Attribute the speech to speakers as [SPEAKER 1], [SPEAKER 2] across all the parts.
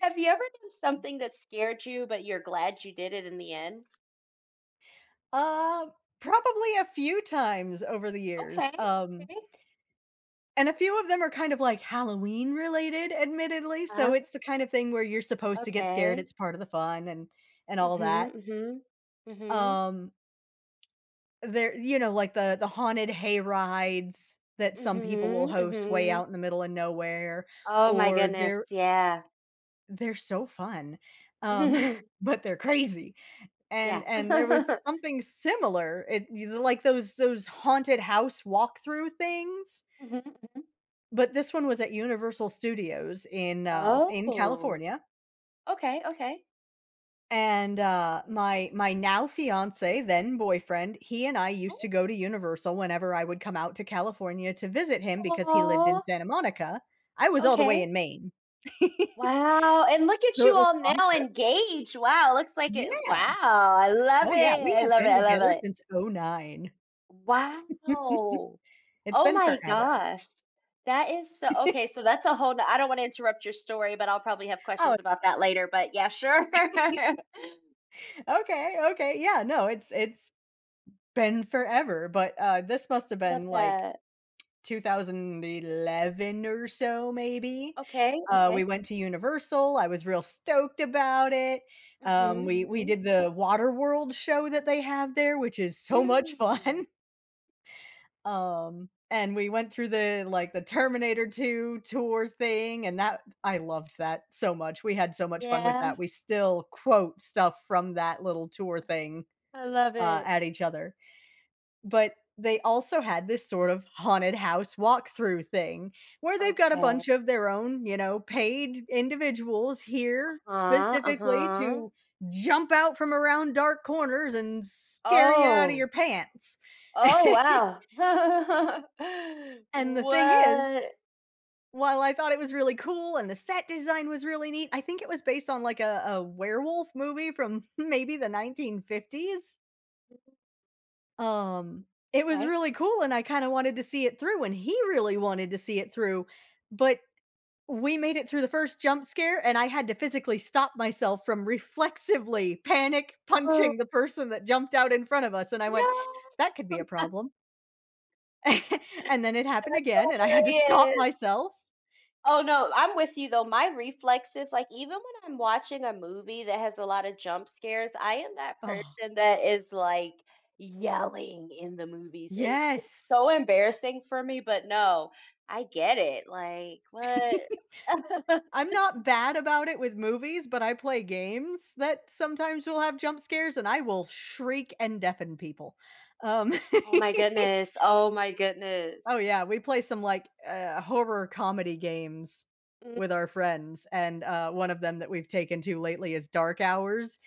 [SPEAKER 1] Have you ever done something that scared you, but you're glad you did it in the end?
[SPEAKER 2] Uh, Probably a few times over the years,
[SPEAKER 1] Okay. Okay.
[SPEAKER 2] and a few of them are kind of, like, Halloween related, admittedly, so it's
[SPEAKER 1] Ah,
[SPEAKER 2] the kind of thing where you're supposed to get scared.
[SPEAKER 1] okay.
[SPEAKER 2] It's part of the fun and all that.
[SPEAKER 1] Mhm, mhm. Mhm.
[SPEAKER 2] Um, like, the haunted hay rides that some people will
[SPEAKER 1] Mhm,
[SPEAKER 2] host way
[SPEAKER 1] mhm.
[SPEAKER 2] out in the middle of nowhere,
[SPEAKER 1] Oh my
[SPEAKER 2] or
[SPEAKER 1] goodness,
[SPEAKER 2] they're
[SPEAKER 1] yeah.
[SPEAKER 2] they're so fun, um, but they're crazy. And
[SPEAKER 1] Yeah.
[SPEAKER 2] and there was something similar. Like those haunted house walkthrough things,
[SPEAKER 1] Mhm, mhm.
[SPEAKER 2] but this one was at Universal Studios in
[SPEAKER 1] Oh,
[SPEAKER 2] California.
[SPEAKER 1] okay, okay.
[SPEAKER 2] And, my now fiancé, then boyfriend, he and I used to go to Universal whenever I would come out to California to visit him because he lived in
[SPEAKER 1] Oh.
[SPEAKER 2] Santa Monica. I was all the way
[SPEAKER 1] Okay.
[SPEAKER 2] in Maine.
[SPEAKER 1] Wow, and look at
[SPEAKER 2] So it
[SPEAKER 1] you
[SPEAKER 2] was
[SPEAKER 1] all
[SPEAKER 2] a long
[SPEAKER 1] now
[SPEAKER 2] trip.
[SPEAKER 1] engaged. Wow, looks like it.
[SPEAKER 2] Yeah.
[SPEAKER 1] Wow, I love it.
[SPEAKER 2] Oh, yeah, we
[SPEAKER 1] I
[SPEAKER 2] have
[SPEAKER 1] love it,
[SPEAKER 2] been
[SPEAKER 1] I love
[SPEAKER 2] together
[SPEAKER 1] it.
[SPEAKER 2] since '09.
[SPEAKER 1] Wow.
[SPEAKER 2] It's
[SPEAKER 1] Oh
[SPEAKER 2] been
[SPEAKER 1] my
[SPEAKER 2] forever.
[SPEAKER 1] gosh. That is so okay, so that's a whole no, I don't wanna interrupt your story, but I'll probably have
[SPEAKER 2] Oh
[SPEAKER 1] questions about that later, but yeah, sure. I
[SPEAKER 2] Okay, okay. Yeah, no, it's been forever, but this must have been
[SPEAKER 1] love
[SPEAKER 2] like
[SPEAKER 1] that.
[SPEAKER 2] 2011 or so maybe.
[SPEAKER 1] Okay, okay.
[SPEAKER 2] We went to Universal. I was real stoked about it.
[SPEAKER 1] Mhm,
[SPEAKER 2] We
[SPEAKER 1] mhm.
[SPEAKER 2] did the Water World show that they have there, which is so much fun.
[SPEAKER 1] Mm.
[SPEAKER 2] And we went through the like the Terminator 2 tour thing, and that I loved that so much. We had so much fun with
[SPEAKER 1] Yeah,
[SPEAKER 2] that. We still quote stuff from that little tour thing
[SPEAKER 1] I love it.
[SPEAKER 2] at each other. But they also had this sort of haunted house walkthrough thing where they've got a
[SPEAKER 1] Okay.
[SPEAKER 2] bunch of their own, you know, paid individuals here
[SPEAKER 1] Uh-huh,
[SPEAKER 2] specifically
[SPEAKER 1] uh-huh.
[SPEAKER 2] to jump out from around dark corners and scare you out of your
[SPEAKER 1] Oh.
[SPEAKER 2] pants.
[SPEAKER 1] Oh, wow.
[SPEAKER 2] And the thing is,
[SPEAKER 1] What?
[SPEAKER 2] while I thought it was really cool and the set design was really neat, I think it was based on like a werewolf movie from maybe the 1950s. Um, it was
[SPEAKER 1] Okay.
[SPEAKER 2] really cool, and I kinda wanted to see it through, and he really wanted to see it through, but we made it through the first jump scare, and I had to physically stop myself from reflexively panic
[SPEAKER 1] Oh,
[SPEAKER 2] punching the person that jumped out in front of us, and I went,
[SPEAKER 1] no,
[SPEAKER 2] "That could be a problem." And then it happened again, and I had to stop
[SPEAKER 1] hilarious.
[SPEAKER 2] myself.
[SPEAKER 1] Oh no, I'm with you though. My reflexes, like even when I'm watching a movie that has a lot of jump scares, I am that
[SPEAKER 2] Oh,
[SPEAKER 1] person that is like yelling in the movies. And it's
[SPEAKER 2] yes.
[SPEAKER 1] so embarrassing for me, but no, I get it. Like, what?
[SPEAKER 2] I'm not bad about it with movies, but I play games that sometimes will have jump scares, and I will shriek and deafen people. Um
[SPEAKER 1] Oh my goodness. Oh my
[SPEAKER 2] Oh,
[SPEAKER 1] goodness.
[SPEAKER 2] yeah, we play some, like, horror comedy games
[SPEAKER 1] Mhm,
[SPEAKER 2] with our friends, and, one of them that we've taken to lately is Dark Hours.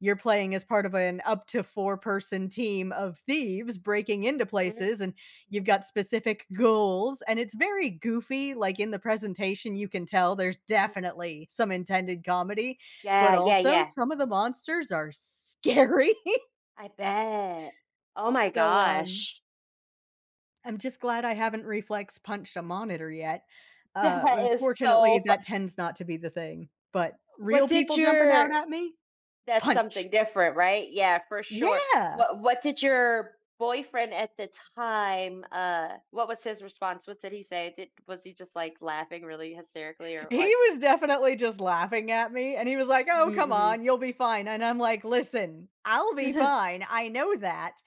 [SPEAKER 2] You're playing as part of an up to four-person team of thieves breaking into
[SPEAKER 1] mhm,
[SPEAKER 2] places, and you've got specific goals, and it's very goofy, like, in the presentation. You can tell there's
[SPEAKER 1] mhm.
[SPEAKER 2] definitely some intended comedy, but
[SPEAKER 1] Yeah, yeah,
[SPEAKER 2] also
[SPEAKER 1] yeah.
[SPEAKER 2] some of the monsters are scary.
[SPEAKER 1] I bet. Oh my
[SPEAKER 2] So,
[SPEAKER 1] gosh.
[SPEAKER 2] I'm just glad I haven't reflex punched a monitor yet.
[SPEAKER 1] That is so
[SPEAKER 2] Fortunately,
[SPEAKER 1] fun.
[SPEAKER 2] that tends not to be the thing. But real
[SPEAKER 1] What did
[SPEAKER 2] people jumping out
[SPEAKER 1] your
[SPEAKER 2] at me?
[SPEAKER 1] That's
[SPEAKER 2] Punch.
[SPEAKER 1] something different, right? Yeah, for sure.
[SPEAKER 2] Yeah.
[SPEAKER 1] What did your boyfriend at the time what was his response? What did he say? Did Was he just like laughing really hysterically or
[SPEAKER 2] He
[SPEAKER 1] like
[SPEAKER 2] was definitely just laughing at me, and he was like, "Oh, come
[SPEAKER 1] "Mhm,
[SPEAKER 2] on, you'll be fine." And I'm like, "Listen, I'll be
[SPEAKER 1] mhm."
[SPEAKER 2] fine. I know that."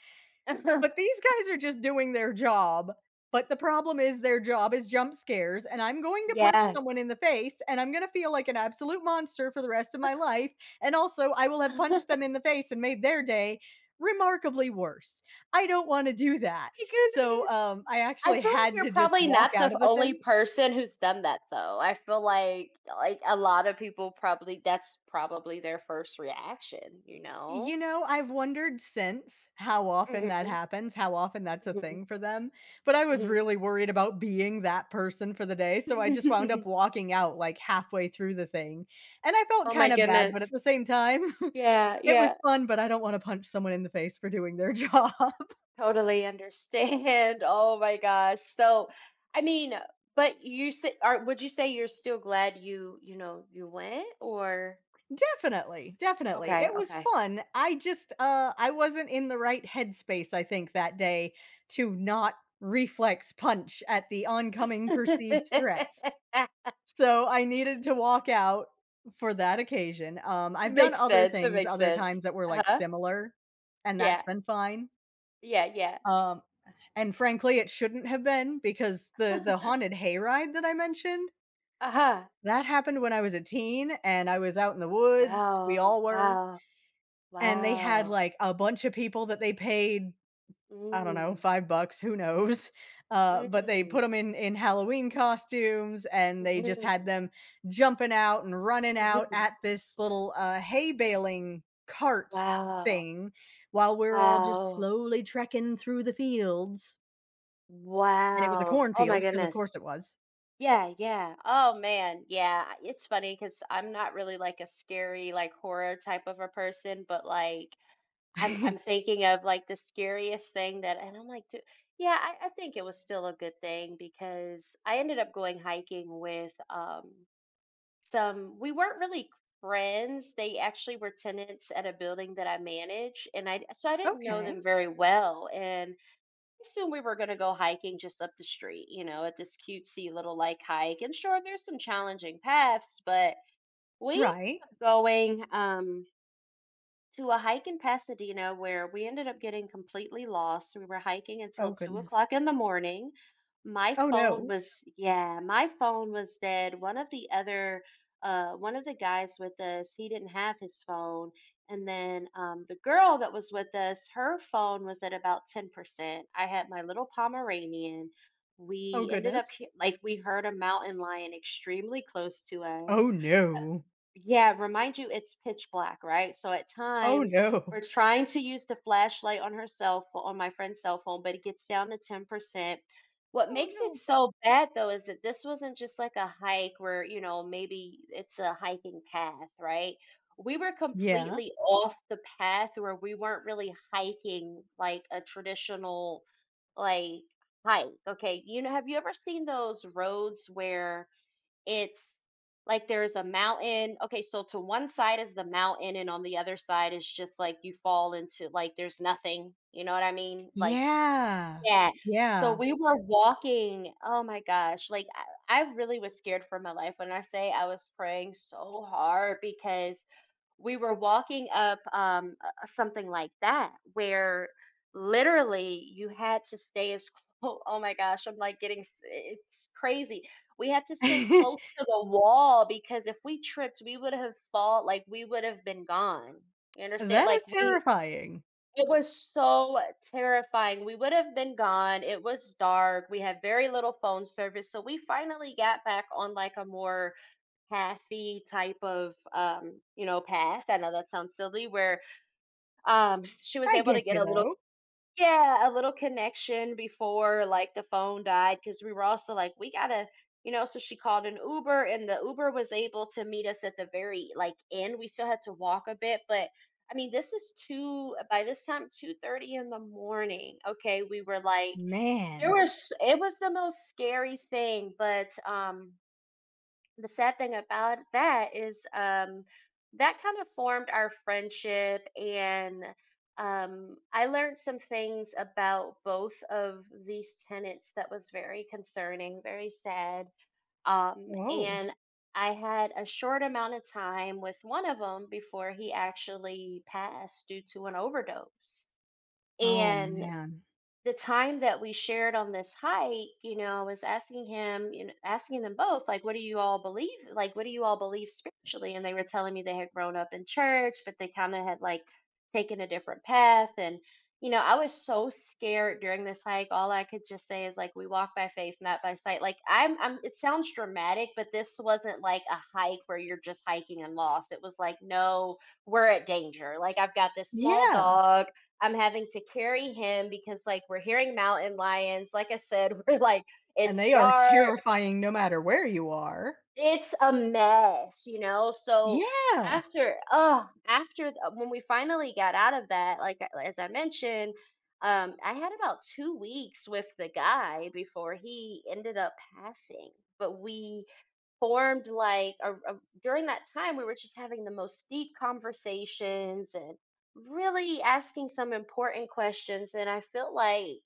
[SPEAKER 2] But these guys are just doing their job, but the problem is their job is jump scares, and I'm going to punch
[SPEAKER 1] Yeah.
[SPEAKER 2] someone in the face, and I'm gonna feel like an absolute monster for the rest of my life, and also, I will have
[SPEAKER 1] My
[SPEAKER 2] punched them in the face and made their day remarkably worse. I don't wanna do that. So,
[SPEAKER 1] goodness.
[SPEAKER 2] I
[SPEAKER 1] I
[SPEAKER 2] actually
[SPEAKER 1] feel like
[SPEAKER 2] had
[SPEAKER 1] you're
[SPEAKER 2] to just
[SPEAKER 1] probably
[SPEAKER 2] walk
[SPEAKER 1] not
[SPEAKER 2] out
[SPEAKER 1] the
[SPEAKER 2] of the
[SPEAKER 1] only
[SPEAKER 2] thing.
[SPEAKER 1] person who's done that though. I feel like a lot of people probably that's probably their first reaction, you know?
[SPEAKER 2] You know, I've wondered since how often that
[SPEAKER 1] Mhm.
[SPEAKER 2] happens, how often that's a
[SPEAKER 1] Mhm.
[SPEAKER 2] thing for them, but I was really worried about being that person for the day, so I just wound up
[SPEAKER 1] Mhm.
[SPEAKER 2] walking out, like, halfway through the thing, and I felt
[SPEAKER 1] Oh my
[SPEAKER 2] kinda bad, but at
[SPEAKER 1] goodness.
[SPEAKER 2] the same time,
[SPEAKER 1] Yeah,
[SPEAKER 2] it
[SPEAKER 1] yeah,
[SPEAKER 2] was fun, but I don't wanna punch someone in the face for doing their job.
[SPEAKER 1] totally understand. Oh my gosh. So, I mean, but you say, are would you say you're still glad you, you know, you went or
[SPEAKER 2] Definitely, definitely,
[SPEAKER 1] okay,
[SPEAKER 2] it was
[SPEAKER 1] okay.
[SPEAKER 2] fun. I just, I wasn't in the right headspace, I think, that day to not reflex punch at the oncoming perceived threats. So I needed to walk out for that occasion.
[SPEAKER 1] It
[SPEAKER 2] I've done
[SPEAKER 1] makes
[SPEAKER 2] other
[SPEAKER 1] sense. It
[SPEAKER 2] things
[SPEAKER 1] makes
[SPEAKER 2] other
[SPEAKER 1] sense.
[SPEAKER 2] times that were like
[SPEAKER 1] Uh-huh.
[SPEAKER 2] similar, and that's
[SPEAKER 1] Yeah.
[SPEAKER 2] been fine.
[SPEAKER 1] Yeah, yeah.
[SPEAKER 2] Um, and frankly, it shouldn't have been because the haunted hayride that I mentioned
[SPEAKER 1] Uh-huh.
[SPEAKER 2] that happened when I was a teen and I was out in the woods. We
[SPEAKER 1] Wow.
[SPEAKER 2] all were,
[SPEAKER 1] Wow.
[SPEAKER 2] and they had
[SPEAKER 1] Wow.
[SPEAKER 2] like a bunch of people that they paid, I don't know,
[SPEAKER 1] Mm.
[SPEAKER 2] 5 bucks, who knows? But they put
[SPEAKER 1] Mm.
[SPEAKER 2] them in Halloween costumes, and they just had
[SPEAKER 1] Hmm.
[SPEAKER 2] them jumping out and running out
[SPEAKER 1] Hmm.
[SPEAKER 2] at this little, hay baling cart
[SPEAKER 1] Wow.
[SPEAKER 2] thing while we're all just
[SPEAKER 1] Wow.
[SPEAKER 2] slowly trekking through the fields, and it was a
[SPEAKER 1] Wow. Oh my
[SPEAKER 2] cornfield, because of
[SPEAKER 1] goodness.
[SPEAKER 2] course it was.
[SPEAKER 1] Yeah, yeah. Oh man. Yeah. It's funny because I'm not really like a scary, like horror type of a person, but like I'm thinking of like the scariest thing that, and I'm like, "Dude," yeah, I think it was still a good thing because I ended up going hiking with some we weren't really friends. They actually were tenants at a building that I manage, and I so I didn't know
[SPEAKER 2] Okay.
[SPEAKER 1] them very well. And assumed we were going to go hiking just up the street, you know, at this cutesy little like hike. And sure, there's some challenging paths, but we
[SPEAKER 2] Right.
[SPEAKER 1] ended up going. To a hike in Pasadena where we ended up getting completely lost. We were hiking
[SPEAKER 2] Oh
[SPEAKER 1] until two
[SPEAKER 2] goodness.
[SPEAKER 1] o'clock in the morning.
[SPEAKER 2] Oh no.
[SPEAKER 1] My phone was dead. One of the guys with us, he didn't have his phone. And then the girl that was with us, her phone was at about 10%. I had my little Pomeranian.
[SPEAKER 2] Oh
[SPEAKER 1] We ended up,
[SPEAKER 2] goodness.
[SPEAKER 1] like, we heard a mountain lion extremely close to us.
[SPEAKER 2] Oh no.
[SPEAKER 1] Yeah, remind you it's pitch black, right? So at
[SPEAKER 2] Oh
[SPEAKER 1] times we're
[SPEAKER 2] no.
[SPEAKER 1] trying to use the flashlight on her cell phone, on my friend's cell phone, but it gets down to 10%. What
[SPEAKER 2] Oh
[SPEAKER 1] makes it
[SPEAKER 2] no.
[SPEAKER 1] so bad though is that this wasn't just like a hike where, you know, maybe it's a hiking path, right? We were
[SPEAKER 2] Yeah.
[SPEAKER 1] completely off the path where we weren't really hiking like a traditional like hike. Okay, you know, have you ever seen those roads where it's like there's a mountain? Okay, so to one side is the mountain, and on the other side is just like you fall into like there's nothing. You know what I mean? Like
[SPEAKER 2] Yeah.
[SPEAKER 1] yeah. So
[SPEAKER 2] Yeah.
[SPEAKER 1] we were walking. Oh my gosh. Like I really was scared for my life when I say I was praying so hard because we were walking up something like that where literally you had to stay as close. Oh my gosh, I'm like getting it's crazy. We had to stay close to the wall because if we tripped, we would have fall like we would have been gone. You understand?
[SPEAKER 2] That
[SPEAKER 1] Like
[SPEAKER 2] is
[SPEAKER 1] we
[SPEAKER 2] terrifying.
[SPEAKER 1] It was so terrifying. We would have been gone. It was dark. We had very little phone service. So we finally got back on like a more pathy type of path. I know that sounds silly, where she was
[SPEAKER 2] I
[SPEAKER 1] able to
[SPEAKER 2] get
[SPEAKER 1] get
[SPEAKER 2] you though.
[SPEAKER 1] a little connection before like the phone died because we were also like, we gotta, you know, so she called an Uber and the Uber was able to meet us at the very like end. We still had to walk a bit, but I mean, this is two by this time, 2:30 in the morning. Okay, we were like, there
[SPEAKER 2] Man.
[SPEAKER 1] was it was the most scary thing, but the sad thing about that is that kind of formed our friendship, and I learned some things about both of these tenants that was very concerning, very sad. Um
[SPEAKER 2] Whoa.
[SPEAKER 1] and I had a short amount of time with one of them before he actually passed due to an overdose.
[SPEAKER 2] Oh,
[SPEAKER 1] And
[SPEAKER 2] man.
[SPEAKER 1] the time that we shared on this hike, you know, I was asking him, you know, asking them both, like, what do you all believe? Like, what do you all believe spiritually? And they were telling me they had grown up in church, but they kind of had like taken a different path. And, you know, I was so scared during this hike. All I could just say is, like, we walk by faith, not by sight. Like, it sounds dramatic, but this wasn't like a hike where you're just hiking and lost. It was like, no, we're at danger. Like, I've got this small
[SPEAKER 2] Yeah,
[SPEAKER 1] dog. I'm having to carry him because like we're hearing mountain lions. Like I said, we're like
[SPEAKER 2] and
[SPEAKER 1] it's
[SPEAKER 2] they are
[SPEAKER 1] dark.
[SPEAKER 2] terrifying no matter where you are.
[SPEAKER 1] It's a mess, you know? So
[SPEAKER 2] Yeah.
[SPEAKER 1] after oh, when we finally got out of that, as I mentioned, I had about 2 weeks with the guy before he ended up passing. But we formed like during that time we were just having the most deep conversations and really asking some important questions, and I feel like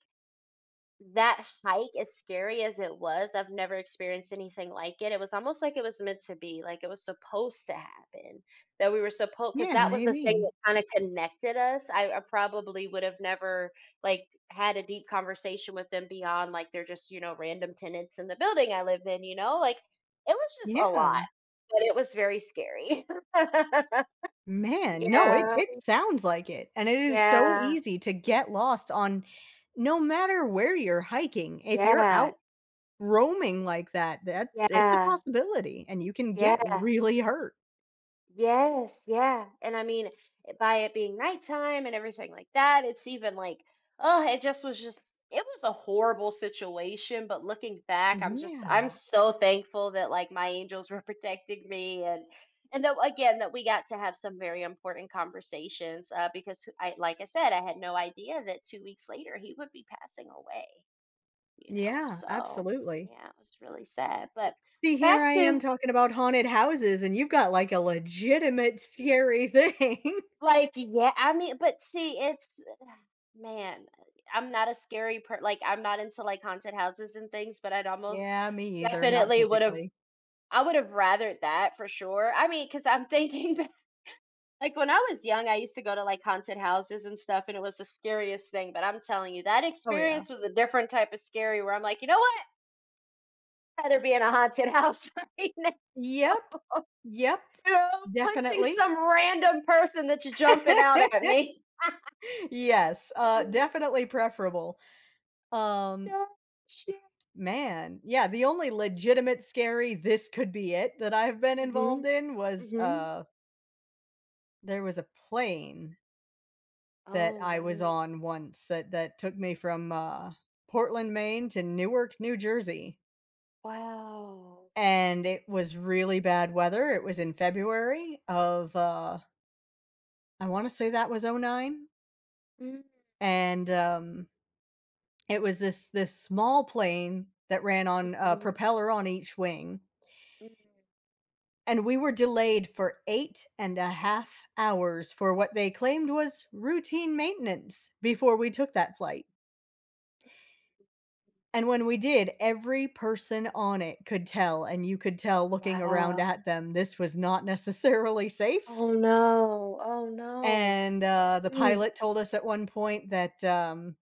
[SPEAKER 1] that hike, as scary as it was, I've never experienced anything like it. It was almost like it was meant to be, like it was supposed to happen, that we were supposed because
[SPEAKER 2] Yeah,
[SPEAKER 1] that was the thing
[SPEAKER 2] maybe.
[SPEAKER 1] that kinda connected us. I probably would have never, like, had a deep conversation with them beyond, like, they're just, you know, random tenants in the building I live in, you know? Like, it was just a lot,
[SPEAKER 2] Yeah.
[SPEAKER 1] but it was very scary.
[SPEAKER 2] Man, no, it
[SPEAKER 1] Yeah.
[SPEAKER 2] it sounds like it, and it is so
[SPEAKER 1] Yeah.
[SPEAKER 2] easy to get lost on no matter where you're hiking. If you're out
[SPEAKER 1] Yeah.
[SPEAKER 2] roaming like that, that's it's a
[SPEAKER 1] Yeah.
[SPEAKER 2] possibility, and you can get
[SPEAKER 1] Yeah.
[SPEAKER 2] really hurt.
[SPEAKER 1] Yes, yeah. And I mean, by it being nighttime and everything like that, it's even like, oh, it was a horrible situation. But looking back, I'm
[SPEAKER 2] Yeah.
[SPEAKER 1] so thankful that like my angels were protecting me, and, that again, that we got to have some very important conversations, because I, like I said, I had no idea that 2 weeks later he would be passing away, you know?
[SPEAKER 2] Yeah,
[SPEAKER 1] So
[SPEAKER 2] absolutely.
[SPEAKER 1] yeah, it was really sad. But,
[SPEAKER 2] See, here
[SPEAKER 1] back
[SPEAKER 2] I
[SPEAKER 1] to
[SPEAKER 2] am talking about haunted houses, and you've got, like, a legitimate scary thing.
[SPEAKER 1] like, yeah, I mean, but see, it's man, I'm not a scary per like, I'm not into, like, haunted houses and things, but I'd almost
[SPEAKER 2] Yeah, me either, not
[SPEAKER 1] definitely
[SPEAKER 2] typically.
[SPEAKER 1] would've rathered that for sure. I mean, because 'cause I'm thinking that like, when I was young, I used to go to, like, haunted houses and stuff, and it was the scariest thing, but I'm telling you, that
[SPEAKER 2] Oh, yeah.
[SPEAKER 1] experience was a different type of scary where I'm like, "You know what? I'd rather be in a haunted house right now,
[SPEAKER 2] Yep. Yep.
[SPEAKER 1] you know, punching
[SPEAKER 2] Definitely.
[SPEAKER 1] some random person that's jumping out at me."
[SPEAKER 2] Yes, definitely preferable. Um,
[SPEAKER 1] Gosh,
[SPEAKER 2] man, yeah, the only legitimate scary, "This could be it," that I've been
[SPEAKER 1] mhm,
[SPEAKER 2] involved in was,
[SPEAKER 1] mhm.
[SPEAKER 2] there was a plane that
[SPEAKER 1] Oh,
[SPEAKER 2] I was
[SPEAKER 1] wow.
[SPEAKER 2] on once that took me from, Portland, Maine to Newark, New Jersey,
[SPEAKER 1] Wow.
[SPEAKER 2] and it was really bad weather. It was in February of, I wanna say that was '09,
[SPEAKER 1] Mm,
[SPEAKER 2] and, it was this small plane that ran on a
[SPEAKER 1] mhm,
[SPEAKER 2] propeller on each wing,
[SPEAKER 1] mm,
[SPEAKER 2] and we were delayed for 8.5 hours for what they claimed was routine maintenance before we took that flight. And when we did, every person on it could tell, and you could tell looking around
[SPEAKER 1] wow.
[SPEAKER 2] at them, this was not necessarily safe.
[SPEAKER 1] Oh, no. Oh, no.
[SPEAKER 2] And, the
[SPEAKER 1] Mm,
[SPEAKER 2] pilot told us at one point that, um,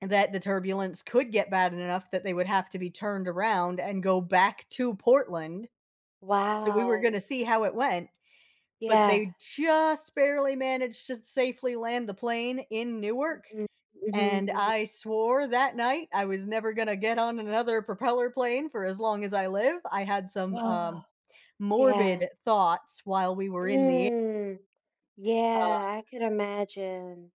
[SPEAKER 2] that the turbulence could get bad enough that they would have to be turned around and go back to Portland, so we were
[SPEAKER 1] wow.
[SPEAKER 2] gonna see how it went, but
[SPEAKER 1] Yeah.
[SPEAKER 2] they just barely managed to safely land the plane in Newark.
[SPEAKER 1] Mhm, mhm,
[SPEAKER 2] And
[SPEAKER 1] mhm.
[SPEAKER 2] I swore that night I was never gonna get on another propeller plane for as long as I live. I had some,
[SPEAKER 1] Wow. Yeah.
[SPEAKER 2] morbid thoughts while we were in the air.
[SPEAKER 1] Mm, yeah,
[SPEAKER 2] uh,
[SPEAKER 1] I could imagine.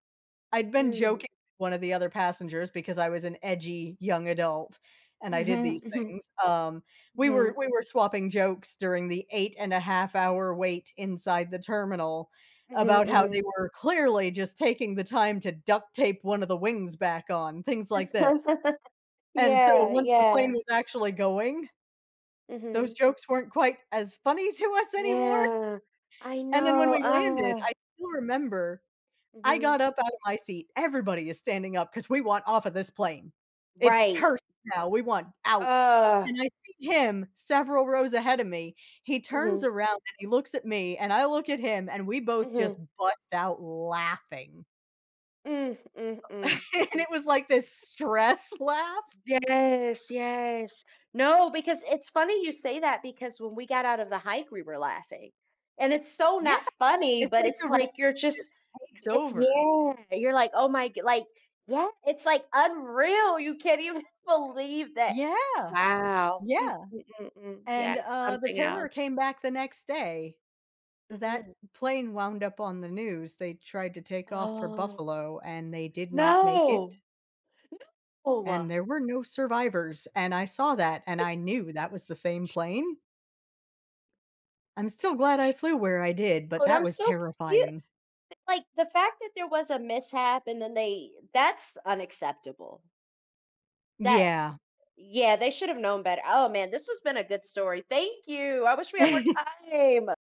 [SPEAKER 2] I'd been
[SPEAKER 1] Mm,
[SPEAKER 2] joking with one of the other passengers because I was an edgy young adult and I did
[SPEAKER 1] mhm,
[SPEAKER 2] these
[SPEAKER 1] mhm,
[SPEAKER 2] things. We were
[SPEAKER 1] mhm,
[SPEAKER 2] we were swapping jokes during the 8.5 hour wait inside the terminal
[SPEAKER 1] mhm,
[SPEAKER 2] about how they
[SPEAKER 1] mhm.
[SPEAKER 2] were clearly just taking the time to duct tape one of the wings back on, things like this. And so
[SPEAKER 1] Yeah,
[SPEAKER 2] once the plane
[SPEAKER 1] yeah.
[SPEAKER 2] was actually going, those
[SPEAKER 1] Mhm.
[SPEAKER 2] jokes weren't quite as funny to us anymore,
[SPEAKER 1] Yeah. I
[SPEAKER 2] and then when
[SPEAKER 1] know.
[SPEAKER 2] we landed,
[SPEAKER 1] Ah.
[SPEAKER 2] I still remember I
[SPEAKER 1] Mhm.
[SPEAKER 2] got up out of my seat. Everybody is standing up because we want off of this plane. It's
[SPEAKER 1] Right.
[SPEAKER 2] cursed now, we want out,
[SPEAKER 1] Uh,
[SPEAKER 2] and I see him several rows ahead of me. He turns
[SPEAKER 1] mhm,
[SPEAKER 2] around and he looks at me, and I look at him, and we both
[SPEAKER 1] mhm,
[SPEAKER 2] just bust out laughing,
[SPEAKER 1] mm, mm, mm.
[SPEAKER 2] and it was like this stress laugh.
[SPEAKER 1] Yes, yes. No, because it's funny you say that because when we got out of the hike, we were laughing. And it's so
[SPEAKER 2] Yeah,
[SPEAKER 1] not funny,
[SPEAKER 2] it's
[SPEAKER 1] but
[SPEAKER 2] like the
[SPEAKER 1] it's
[SPEAKER 2] relief
[SPEAKER 1] like you're just,
[SPEAKER 2] just takes over.
[SPEAKER 1] you're like, oh my, like, yeah, it's like unreal. You can't even believe that.
[SPEAKER 2] Yeah,
[SPEAKER 1] Wow. Mm,
[SPEAKER 2] yeah,
[SPEAKER 1] mm, mm, mm. Yeah,
[SPEAKER 2] and,
[SPEAKER 1] it's
[SPEAKER 2] the
[SPEAKER 1] something else.
[SPEAKER 2] terror came back the next day. That
[SPEAKER 1] Hmm.
[SPEAKER 2] plane wound up on the news. They tried to take off for
[SPEAKER 1] Oh,
[SPEAKER 2] Buffalo, and they did not make it,
[SPEAKER 1] no. Oh,
[SPEAKER 2] and there were no survivors, and I saw that, and I knew that was the same plane. I'm still glad I flew where I did, but
[SPEAKER 1] shoot,
[SPEAKER 2] that
[SPEAKER 1] I'm
[SPEAKER 2] was
[SPEAKER 1] so confused.
[SPEAKER 2] terrifying.
[SPEAKER 1] Like, the fact that there was a mishap, and then they that's unacceptable. That
[SPEAKER 2] Yeah.
[SPEAKER 1] Yeah, they should have known better. Oh, man, this has been a good story. Thank you. I wish we had more time.